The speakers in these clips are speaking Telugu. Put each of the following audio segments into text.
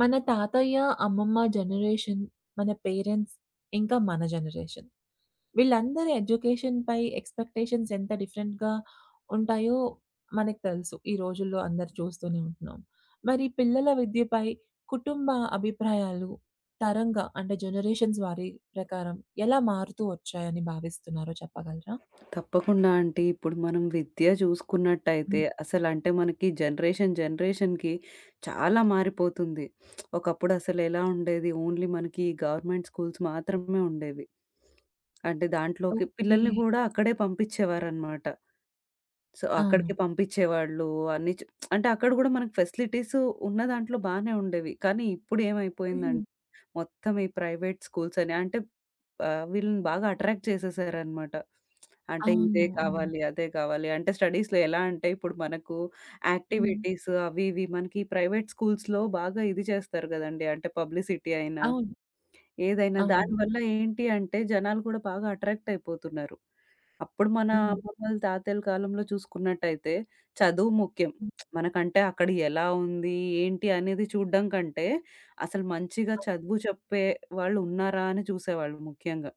మన తాతయ్య, అమ్మమ్మ జనరేషన్, మన పేరెంట్స్, ఇంకా మన జనరేషన్. వీళ్ళందరి ఎడ్యుకేషన్‌పై ఎక్స్‌పెక్టేషన్స్ ఎంత డిఫరెంట్‌గా ఉంటాయో మనకు తెలుసు. ఈ రోజుల్లో అందరూ చూస్తూనే ఉంటున్నాం. మరి పిల్లల విద్యపై కుటుంబ అభిప్రాయాలు తరంగా అంటే జనరేషన్స్ వారి ప్రకారం ఎలా మారుతూ వచ్చాయని భావిస్తున్నారో చెప్పగలరా? తప్పకుండా అంటే ఇప్పుడు మనం విద్య చూసుకున్నట్టయితే హ్మ్. అసలు అంటే మనకి జనరేషన్ జనరేషన్‌కి చాలా మారిపోతుంది. ఒకప్పుడు అసలు ఎలా ఉండేది ఓన్లీ మనకి గవర్నమెంట్ స్కూల్స్ మాత్రమే ఉండేవి. అంటే దాంట్లోకి ఓకే. పిల్లల్ని కూడా అక్కడే పంపించేవారనమాట. సో, అవును. అక్కడికి పంపించేవాళ్ళు అన్నీ చ్ అంటే అక్కడ కూడా మనకు ఫెసిలిటీస్ ఉన్న దాంట్లో బానే ఉండేవి. కానీ ఇప్పుడు హ్మ్. ఏమైపోయిందంటే మొత్తం ఈ ప్రైవేట్ స్కూల్స్ అని అంటే వీళ్ళని బాగా అట్రాక్ట్ చేసేసారనమాట. అంటే అవును. ఇదే అవును. కావాలి, అదే కావాలి. అంటే స్టడీస్‌లో ఎలా అంటే ఇప్పుడు మనకు హ్మ్. యాక్టివిటీస్ అవి ఇవి మనకి ప్రైవేట్ స్కూల్స్‌లో బాగా ఇది చేస్తారు గదండీ. అంటే పబ్లిసిటీ అయినా, అవును. ఏదైనా అవును. దానివల్ల ఏంటి అంటే జనాలు కూడా బాగా అట్రాక్ట్ అయిపోతున్నారు. అప్పుడు మన హ్మ్. అమ్మమ్మలు, తాతయ్యల కాలంలో చూసుకున్నట్టయితే చదువు ముఖ్యం. హ్మ్. మనకంటే అక్కడ ఎలా ఉంది? ఏంటి? అనేది చూడ్డం కంటే, అసలు మంచిగా చదువు చెప్పే వాళ్ళు ఉన్నారా? అని చూసేవాళ్ళు ముఖ్యంగా.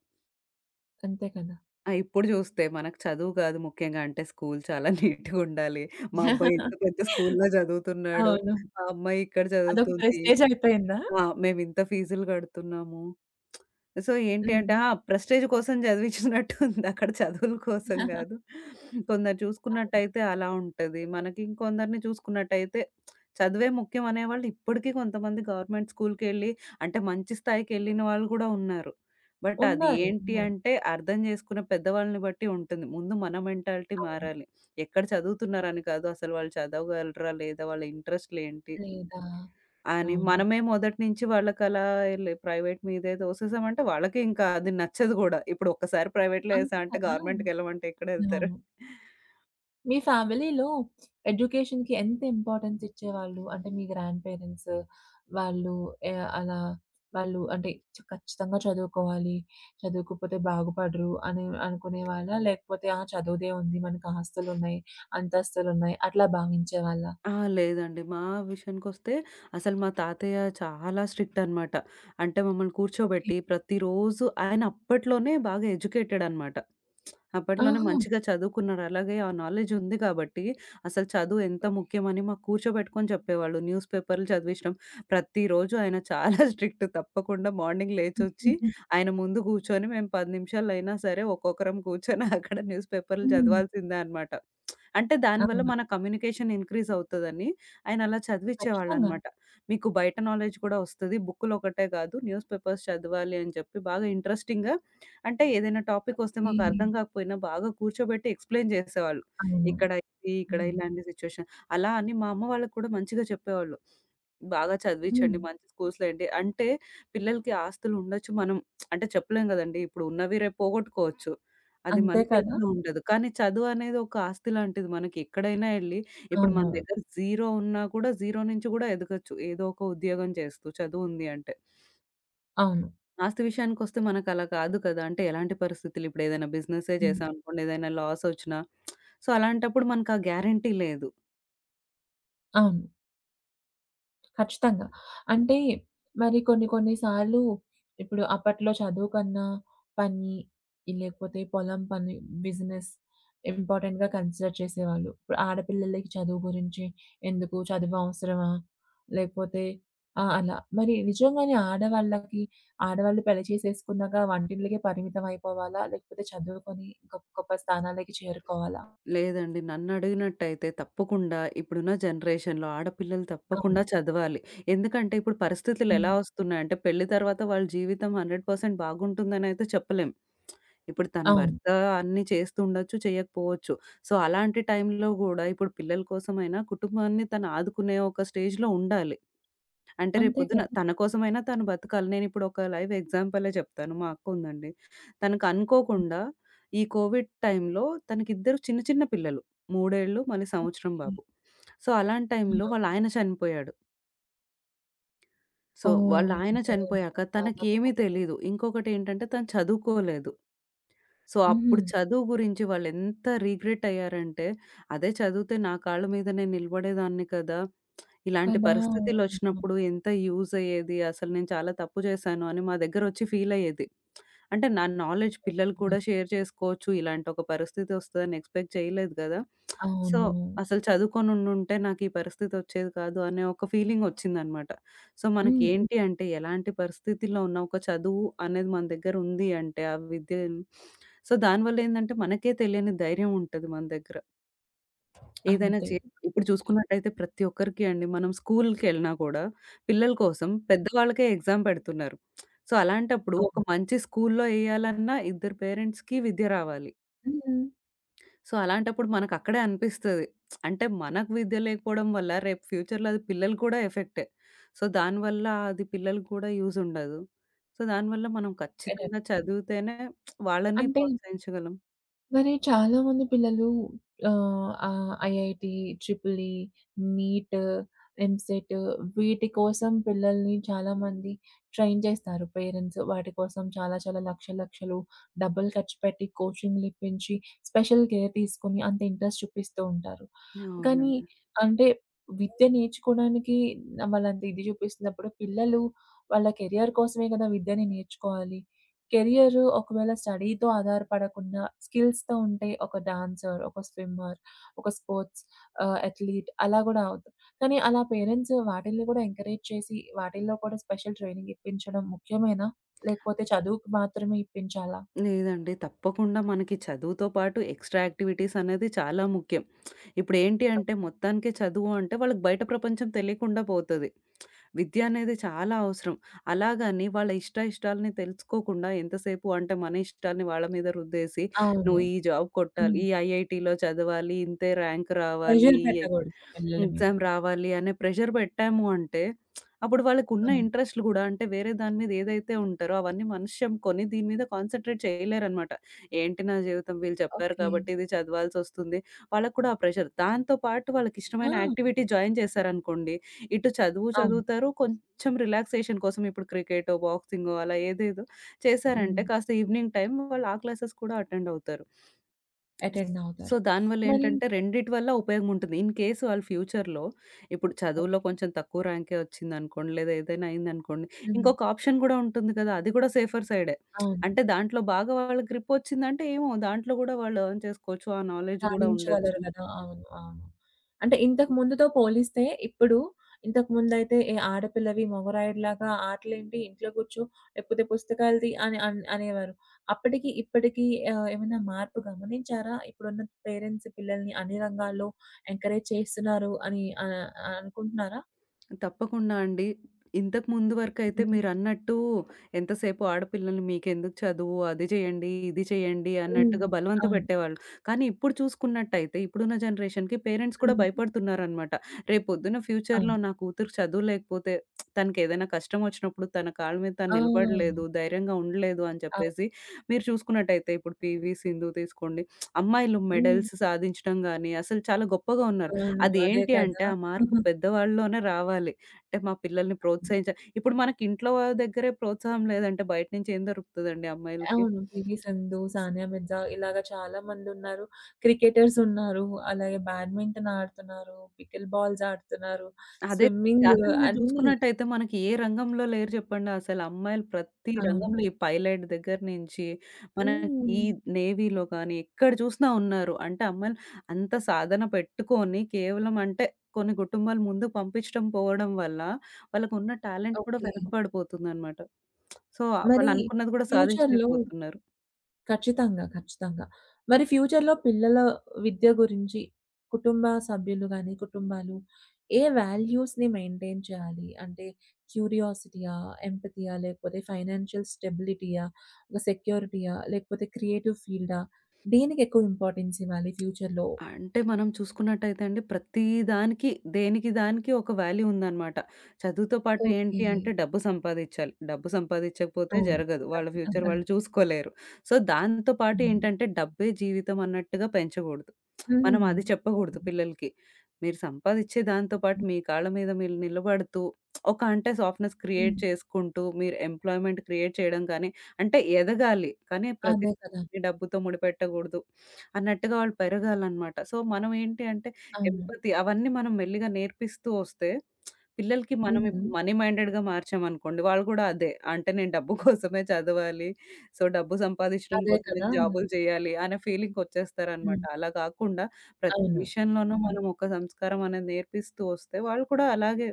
అంతే కదా! ఆ! ఇప్పుడు చూస్తే మనకు చదువు కాదు ముఖ్యంగా అంటే స్కూల్ చాలా నీట్‌గుండాలి. మా అబ్బాయి ఇంత పెద్ద స్కూల్‌లో చదువుతున్నాడు. అవును. మా అమ్మాయి ఇక్కడ అదొక చదువుతుంది. ప్రెస్టేజ్ అయిపోయిందా? ఆ! మేమింత ఫీజులు గడుతున్నాము. సో, ఏంటి అంటే హ్మ్. ఆ! ప్రెస్టీజ్ కోసం చదివించినట్టుంది. అక్కడ చదువుల కోసం కాదు. కొందరు అవును. చూసుకున్నట్టయితే అలా ఉంటది. మనకి ఇంకొందరిని చూసుకున్నట్టయితే చదువే ముఖ్యం అనేవాళ్ళు ఇప్పటికీ కొంతమంది గవర్నమెంట్ స్కూల్‌కెళ్ళి అంటే మంచి స్థాయికెళ్ళిన వాళ్ళు కూడా ఉన్నారు. బట్ అది ఉన్నారు. ఏంటి ఉన్నారు. అంటే అర్థం చేసుకునే పెద్దవాళ్ళని బట్టి ఉంటుంది. ముందు మన మెంటాలిటీ అవును. మారాలి. ఎక్కడ చదువుతున్నారని కాదు. అసలు వాళ్ళు చదవగలరా లేదా? వాళ్ళ ఇంట్రెస్ట్‌లేంటి? లేదా అని అవును. మనమే మొదటి నుంచి వాళ్ళకలా ప్రైవేట్ మీదే తోసేసామంటే వాళ్ళకి ఇంకా అది నచ్చదు గూడా. ఇప్పుడు ఒక్కసారి ప్రైవేట్‌లో అంతే ఏసా కదా! అంటే గవర్నమెంట్‌కెళ్ళమంటే ఎక్కడెళ్తారు? అవును. మీ ఫ్యామిలీలో ఎడ్యుకేషన్‌కి ఎంత ఇంపార్టెన్స్ ఇచ్చేవాళ్ళు? అంటే మీ గ్రాండ్ పేరెంట్స్ వాళ్ళు ఎ అలా వాళ్ళు అంటే ఖచ్చితంగా చదువుకోవాలి. చదువుకోకపోతే బాగుపడరు అని అనుకునేవాళ్ళా? లేకపోతే ఆ! చదువుదే ఉంది. మనకు ఆస్తులున్నాయి, అంతస్తులున్నాయి అట్లా భావించేవాళ్ళా? ఆ! లేదండి. మా విషయానికొస్తే అసలు మా తాతయ్య చాలా స్ట్రిక్ట్ అనమాట. అంటే మమ్మల్ని ఓకే. కూర్చోబెట్టి ప్రతిరోజు ఆయన అప్పట్లోనే బాగా ఎడ్యుకేటెడ్ అనమాట. అప్పట్లోనే ఆహా! మంచిగా చదువుకున్నారు. అలాగే ఆ నాలెడ్జ్ ఉంది కాబట్టి అసలు చదువు ఎంత ముఖ్యమని మాకు కూర్చోబెట్టుకొని చెప్పేవాళ్ళు. న్యూస్ పేపర్లు చదివించడం ప్రతిరోజు ఆయన చాలా స్ట్రిక్ట్. తప్పకుండా మార్నింగ్ లేచొచ్చి హుహు. ఆయన ముందు కూర్చొని మేము 10 నిమిషాలైనా సరే ఒక్కొక్కరం కూర్చొని అక్కడ న్యూస్ పేపర్లు హ్మ్. చదవాల్సిందే అనమాట. అంటే దానివల్ల అవును. మన కమ్యూనికేషన్ ఇంక్రీజ్ అవుతదని ఆయన అలా ఖచ్చితంగా. చదివిచ్చేవాళ్ళనమాట. మీకు బయట నాలెడ్జ్ కూడా వస్తది. బుక్కులొకటే కాదు న్యూస్ పేపర్స్ చదవాలి అని చెప్పి బాగా ఇంట్రెస్టింగ్‌గా అంటే ఏదైనా టాపిక్ వస్తే ఈ మాకు అర్థం కాకపోయినా బాగా కూర్చోబెట్టి ఎక్స్‌ప్లెయిన్ చేసేవాళ్ళు. అవును. ఇక్కడ ఇది, ఇక్కడ హ్మ్. ఇలాంటి సిట్యుయేషన్. అలా అని మా అమ్మ వాళ్ళకి కూడా మంచిగా చెప్పేవాళ్ళు. బాగా హ్మ్. చదివించండి. మంచి స్కూల్స్‌లో ఏంటి అంటే పిల్లలకి ఆస్తులు ఉండొచ్చు. మనం అంటే చెప్పలేం కదండీ! ఇప్పుడు ఉన్నవి రేపు పోగొట్టుకోవచ్చు. అది మన అంతే కదా! చేతిలో ఉండదు. కానీ చదువనేది ఒక ఆస్తి లాంటిది. మనకి ఎక్కడైనా ఎళ్లి ఇప్పుడు మన అవును. దగ్గర జీరో ఉన్నా కూడా, జీరో నుంచి గూడా ఎదగొచ్చు. ఏదో ఒక ఉద్యోగం చేస్తూ చదువుంది అంటే. అవును. ఆస్తి విషయానికొస్తే మనకలా కాదు కదా! అంటే ఎలాంటి పరిస్థితులు ఇప్పుడు ఏదైనా బిజినెసే హ్మ్. చేశామనుకోండి, ఏదైనా లాసొచ్చినా సో, అలాంటప్పుడు మనకా గ్యారంటీ లేదు. అవును. ఖచ్చితంగా. అంటే మరి కొన్ని కొన్ని సార్లు ఇప్పుడు అప్పట్లో చదువు కన్నా పని, ఈ లేకపోతే పొలం పని, బిజినెస్ ఇంపార్టెంట్‌గా కన్సిడర్ చేసేవాళ్ళు. ఇప్పుడు ఆడపిల్లలకి చదువు గురించి ఎందుకు? చదువు అవసరమా? లేకపోతే ఆ! అలా. మరి నిజంగానే ఆడవాళ్ళకి ఆడవాళ్ళు పెళ్లి చేసేసుకున్నాక వంటింట్లకే పరిమితం అయిపోవాలా? లేకపోతే చదువుకొని గొప్ప గొప్ప స్థానాలకి చేరుకోవాలా? లేదండి. నన్నడిగినట్టయితే తప్పకుండా ఇప్పుడున్న జనరేషన్‌లో ఆడపిల్లలు తప్పకుండా అవును. చదవాలి. ఎందుకంటే, ఇప్పుడు హ్మ్. పరిస్థితులెలా వస్తున్నాయంటే పెళ్లి తర్వాత వాళ్ళ జీవితం 100% బాగుంటుందనైతే చెప్పలేం. ఇప్పుడు తన అవును. భర్త అన్నీ చేస్తూ ఉండొచ్చు, చేయకపోవచ్చు. సో, అలాంటి టైంలో గూడా ఇప్పుడు పిల్లల కోసమైనా కుటుంబాన్ని తను ఆదుకునే ఒక స్టేజ్‌లో ఉండాలి. అంటే అంతే కదా! రేపొద్దున తన కోసమైనా తను బతకాలి. నేనిప్పుడు ఒక లైవ్ ఎగ్జాంపులే చెప్తాను. మా అక్కుందండి. తనకు అనుకోకుండా ఈ కోవిడ్ టైంలో తనకిద్దరు చిన్న చిన్న పిల్లలు. మూడేళ్ళు, మళ్ళీ ఓకే. సంవత్సరం బాబు. సో, అలాంటి టైంలో ఆ! వాళ్ళాయన చనిపోయాడు. సో, ఓహ్! వాళ్ళాయన ఎంతగానో చనిపోయాక తనకేమీ బాధాకరమైన తెలీదు. ఇంకొకటేంటంటే తను చదువుకోలేదు. సో, అప్పుడు హ్మ్. చదువు గురించి వాళ్ళెంత రిగ్రెట్ అయ్యారంటే, అదే చదివితే నా కాళ్ళ మీద నేను నిలబడేదాన్ని కదా! ఇలాంటి కదా! అవునండి. పరిస్థితులొచ్చినప్పుడు ఎంత యూజ్ అయ్యేది. అసలు నేను చాలా తప్పు చేశాను అని మా దగ్గరొచ్చి ఫీలయ్యేది. అంటే నా నాలెడ్జ్ పిల్లలు కూడా షేర్ చేసుకోవచ్చు. ఇలాంటి ఒక పరిస్థితి వస్తదని ఎక్స్‌పెక్ట్ చేయలేదు గదా! సో, అవును. అసలు చదువుకొని ఉండుంటే నాకు ఈ పరిస్థితి వచ్చేది కాదు అనే ఒక ఫీలింగ్ వచ్చిందనమాట. సో, మనకి హ్మ్. హ్మ్. ఏంటి అంటే ఎలాంటి పరిస్థితిలో ఉన్న ఒక చదువు అనేది మన దగ్గర ఉంది అంటే ఆ విద్య సో, దానివల్ల ఏందంటే మనకే తెలియని ధైర్యం ఉంటది మన దగ్గర. ఏదైనా అంతే. చే ఇప్పుడు చూసుకున్నట్టయితే ప్రతి ఒక్కరికి అండి మనం స్కూల్‌కెళ్ళినా కూడా పిల్లల కోసం పెద్దవాళ్ళకే ఎగ్జామ్ పెడుతున్నారు. సో, అలాంటప్పుడు ఒక అవును. మంచి స్కూల్‌లో ఎయ్యాలన్నా ఇద్దరు పేరెంట్స్‌కి విద్య రావాలి. హ్మ్. సో, అలాంటప్పుడు మనకక్కడే అనిపిస్తది. అంటే మనకు విద్య లేకపోవడం వల్ల రేపు ఫ్యూచర్‌లో అది పిల్లలు కూడా ఎఫెక్టే. సో, దానివల్ల అది పిల్లలకు కూడా యూజ్ ఉండదు. సో, దానివల్ల మనం ఖచ్చితంగా కరెక్టే. చదివితేనే వాళ్ళని అంటే ప్రోత్సహించగలం. మరి చాలామంది పిల్లలు ఆహ్, ఆహ్, IIT, triple E, NEET, EAMCET వీటి కోసం పిల్లల్ని చాలామంది ట్రైన్ చేస్తారు పేరెంట్స్. వాటి కోసం చాలా చాలా లక్షలు లక్షలు డబ్బులు ఖర్చు పెట్టి కోచింగ్‌లు ఇప్పించి, స్పెషల్ కేర్ తీసుకొని అంత ఇంట్రెస్ట్ చూపిస్తూ ఉంటారు. కానీ అవునండి. అంటే విద్య నేర్చుకోవడానికి వాళ్ళంత ఇది చూపిస్తున్నప్పుడు పిల్లలు వాళ్ళ కెరియర్ కోసమే కదా విద్యని నేర్చుకోవాలి. కెరియర్ ఒకవేళ స్టడీ‌తో ఆధారపడకుండా స్కిల్స్‌తో ఉంటే ఒక డాన్సర్, ఒక స్విమ్మర్, ఒక స్పోర్ట్స్ అథ్లీట్ అలా గూడా అవుతారు. కానీ అలా పేరెంట్స్ వాటిల్ని కూడా ఎంకరేజ్ చేసి వాటిల్లో కూడా స్పెషల్ ట్రైనింగ్ ఇప్పించడం ముఖ్యమేనా? లేకపోతే చదువుకు మాత్రమే ఇప్పించాలా? లేదండి. తప్పకుండా మనకి చదువుతో పాటు ఎక్స్‌ట్రా యాక్టివిటీస్ అనేది చాలా ముఖ్యం. ఇప్పుడేంటి అంటే మొత్తానికి చదువు అంటే వాళ్ళకి బయట ప్రపంచం తెలియకుండా పోతది. విద్య అనేది చాలా అవసరం. అలాగని వాళ్ళ ఇష్ట ఇష్టాలని తెలుసుకోకుండా ఎంతసేపు అంటే మన ఇష్టాన్ని వాళ్ళ మీద రుద్దేసి, అవును. "నువ్వు ఈ జాబ్ కొట్టాలి, హ్మ్. ఈ ఐఐటీలో చదవాలి, ఇంతే ర్యాంక్ రావాలి, ప్రెషర్ ఈ ఎ పెట్టకూడదు పిల్లల మీద. ఎగ్జామ్ రావాలి" అనే ప్రెషర్ పెట్టాము అంటే, అప్పుడు వాళ్ళకున్న అవును. ఇంట్రెస్ట్‌లు గూడా అంటే వేరే దాని మీద ఏదైతే ఉంటారో అవన్నీ మనిషంకొని దీని మీద కాన్సంట్రేట్ చేయలేరనమాట. ఏంటి నా జీవితం వీళ్ళు చెప్పారు ఓకే. కాబట్టి ఇది చదవాల్సొస్తుంది. వాళ్ళకి కూడా ఆ ప్రెషర్. దాంతో పాటు వాళ్ళకిష్టమైన ఆ! యాక్టివిటీ జాయిన్ చేశారనుకోండి ఇటు చదువు అవును. చదువుతారు. కొంచెం రిలాక్సేషన్ కోసం ఇప్పుడు క్రికెటో, బాక్సింగో అలా ఏదేదో హ్మ్. చేశారంటే కాస్త ఈవినింగ్ టైమ్ వాళ్ళు ఆ క్లాసెస్ కూడా అటెండ్ అవుతారు. అటెండ్ సో, అవుతారు. దానివల్ల మరి ఏంటంటే రెండిటి వల్ల ఉపయోగం ఉంటుంది. ఇన్ కేస్ వాళ్ళు ఫ్యూచర్‌లో ఇప్పుడు చదువులో ఓకే. కొంచెం తక్కువ ర్యాంకే వచ్చిందనుకోండి, లేదా ఏదైనా అయిందనుకోండి, హ్మ్. ఇంకొక ఆప్షన్ కూడా ఉంటుంది కదా! అది కూడా సేఫర్ సైడే. అవును. అంటే దాంట్లో బాగా వాళ్ళకి గ్రిప్ వచ్చిందంటే ఏమో దాంట్లో గూడా వాళ్ళు ఎర్న్ చేసుకోవచ్చు. ఆ నాలెడ్జ్ గూడా ఉండొచ్చు. రాణించగలరు గదా! అవును. అవును. అంటే ఇంతకు ముందుతో పోలిస్తే ఇప్పుడు ఇంతకు ముందైతే ఏ ఆడపిల్లవి, మొగరాయుడిలాగా ఆటలేంటి ఇంట్లో కూర్చో, లేకపోతే పుస్తకాలు తీ అని అనేవారు. అప్పటికి ఇప్పటికి ఏమైనా మార్పు గమనించారా? ఇప్పుడున్న పేరెంట్స్ పిల్లల్ని అన్ని రంగాల్లో ఎంకరేజ్ చేస్తున్నారు అని అనుకుంటున్నారా? తప్పకుండా అండి. ఇంతకు ముందు వరకైతే హ్మ్. మీరన్నట్టు ఎంతసేపు ఆడపిల్లల్ని మీకెందుకు చదువు, అది చేయండి, ఇది చేయండి హ్మ్. అన్నట్టుగా బలవంత అవును. పెట్టేవాళ్ళు. కానీ ఇప్పుడు చూసుకున్నట్టయితే ఇప్పుడున్న జనరేషన్‌కి పేరెంట్స్ కూడా హ్మ్. భయపడుతున్నారనమాట. రేపొద్దున ఫ్యూచర్‌లో అవును. నా కూతురు చదువు లేకపోతే తనకేదైనా కష్టం వచ్చినప్పుడు తన కాళ్ళ మీద తను నిలబడలేదు, ఆ! ధైర్యంగా ఉండలేదు అని చెప్పేసి అవును. మీరు చూసుకున్నట్టయితే ఇప్పుడు పీవీ సింధు తీసుకోండి. అమ్మాయిలు హ్మ్. మెడల్స్ సాధించడం గాని అసలు చాలా గొప్పగా ఉన్నారు. అవును. అదే అదేంటి కదా! అంటే ఆ మార్పు పెద్దవాళ్ళలోనే రావాలి. అంటే మా పిల్లల్ని ప్రోత్సహించ ఇప్పుడు మనకి ఇంట్లో వాళ్ళ దగ్గరే ప్రోత్సాహం లేదంటే బయట నుంచి ఏం దొరుకుతదండి అమ్మాయిలకి? అవును. 'పీవీ సింధు', 'సానియా మిర్జా' ఇలాగ చాలా మందున్నారు. క్రికెటర్స్ ఉన్నారు. అలాగే బ్యాడ్మింటన్ ఆడుతున్నారు. పికిల్ బాల్స్ ఆడుతున్నారు. అదే. స్విమ్మింగ్ అసలు మీరు అన్నీ. జూసుకున్నట్టయితే మనకి ఏ రంగంలో లేరు జెప్పండి అసలు. అమ్మాయిలు ప్రతి అవును. రంగంలో ఈ పైలట్ దగ్గర నుంచి, మన హ్మ్. ఈ నేవీలో గానీ, ఎక్కడ చూసినా ఉన్నారు. అంటే అమ్మాయిలు అంత సాధన పెట్టుకొని కేవలం అంటే కొన్ని కుటుంబాలు ముందుకు పంపించడం పోవడం వల్ల, వాళ్ళకున్న టాలెంట్ కూడా ఓకే. వెనకబడిపోతుందనమాట. సో, మరి వాళ్ళు అనుకున్నది కూడా ఫ్యూచర్‌లో సాధించలేకపోతున్నారు. ఖచ్చితంగా. ఖచ్చితంగా. మరి ఫ్యూచర్‌లో పిల్లల విద్య గురించి కుటుంబ సభ్యులు గాని, కుటుంబాలు ఏ వాల్యూస్‌ని మెయింటైన్ చేయాలి? అంటే క్యూరియాసిటీయా? ఎంపతియా? లేకపోతే ఫైనాన్షియల్ స్టెబిలిటీయా? ఒక సెక్యూరిటీయా? లేకపోతే క్రియేటివ్ ఫీల్డా? దేనికి ఎక్కువ ఇంపార్టెన్స్ ఇవ్వాలి ఫ్యూచర్‌లో? అంటే మనం చూసుకున్నట్టయితే అండి ప్రతి దానికి దేనికి దానికి ఒక వాల్యూ ఉందనమాట. చదువుతో పాటు ఓకే. ఏంటి అంటే డబ్బు సంపాదిచ్చాలి. డబ్బు సంపాదిచ్చకపోతే అవును. జరగదు. వాళ్ళ ఫ్యూచర్ ఖచ్చితంగా. వాళ్ళు చూసుకోలేరు. సో, దాంతో పాటు హ్మ్. ఏంటంటే డబ్బే జీవితం అన్నట్టుగా పెంచగూడదు. మనం హ్మ్. అది చెప్పగూడదు అవును. పిల్లలకి. మీరు సంపాదిచ్చే దాంతో పాటు హ్మ్. మీ కాళ్ళ మీద మీరు నిలబడుతూ ఒక అంటే సాఫ్ట్‌నెస్ క్రియేట్ హ్మ్. చేసుకుంటూ మీరు ఎంప్లాయ్‌మెంట్ క్రియేట్ చేయడం కానీ అంటే ఎదగాలి. కానీ ప్రతి అదే కదా! డబ్బుతో ముడిపెట్టగూడదు. అన్నట్టుగా వాళ్ళు పెరగాలనమాట. సో, మనం ఏంటి అంటే అవును. ఎంపతి అవన్నీ మనం మెల్లిగా నేర్పిస్తూ వస్తే పిల్లలకి మనం హ్మ్. ఇప్పుడు మనీ మైండెడ్‌గా మార్చామనుకోండి, వాళ్ళు కూడా అదే. అంటే నేను డబ్బు కోసమే చదవాలి. సో, డబ్బు సంపాదించడం అదే కోసమే కదా! జాబులు చేయాలి అనే ఫీలింగ్‌కొచ్చేస్తారనమాట. హ్మ్. అలా కాకుండా ప్రతి అవును. విషయంలోనూ హ్మ్. మనం ఒక సంస్కారం అనేది నేర్పిస్తూ వస్తే వాళ్ళు కూడా అలాగే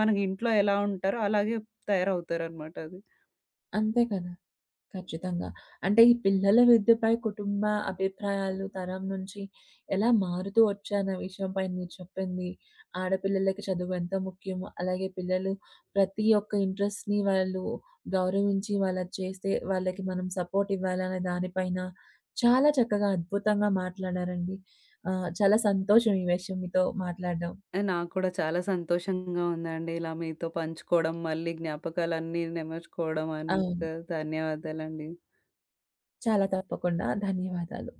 మనకి ఇంట్లో ఎలా ఉంటారో అలాగే తయారవుతారనమాట అది. అంతే కదా! ఖచ్చితంగా. అంటే ఈ పిల్లల విద్యపై కుటుంబ అభిప్రాయాలు తరం నుంచి ఎలా మారుతూ వచ్చాయన్న విషయంపై మీరు చెప్పింది, ఆడపిల్లలకి చదువు ఎంత ముఖ్యమో, అలాగే పిల్లలు ప్రతి ఒక్క ఇంట్రెస్ట్‌ని వాళ్ళు గౌరవించి వాళ్ళ చేస్తే వాళ్ళకి మనం సపోర్ట్ ఇవ్వాలనే దానిపైన చాలా చక్కగా అద్భుతంగా మాట్లాడారండి. చాలా సంతోషం ఈ విషయం మీతో మాట్లాడడం. ఆ! నాకు కూడా చాలా సంతోషంగా ఉందండి. ఇలా మీతో పంచుకోవడం, మళ్ళీ జ్ఞాపకాలన్నీ నెమర్చుకోవడం అవును. ధన్యవాదాలండి. చాలా తప్పకుండా. ధన్యవాదాలు.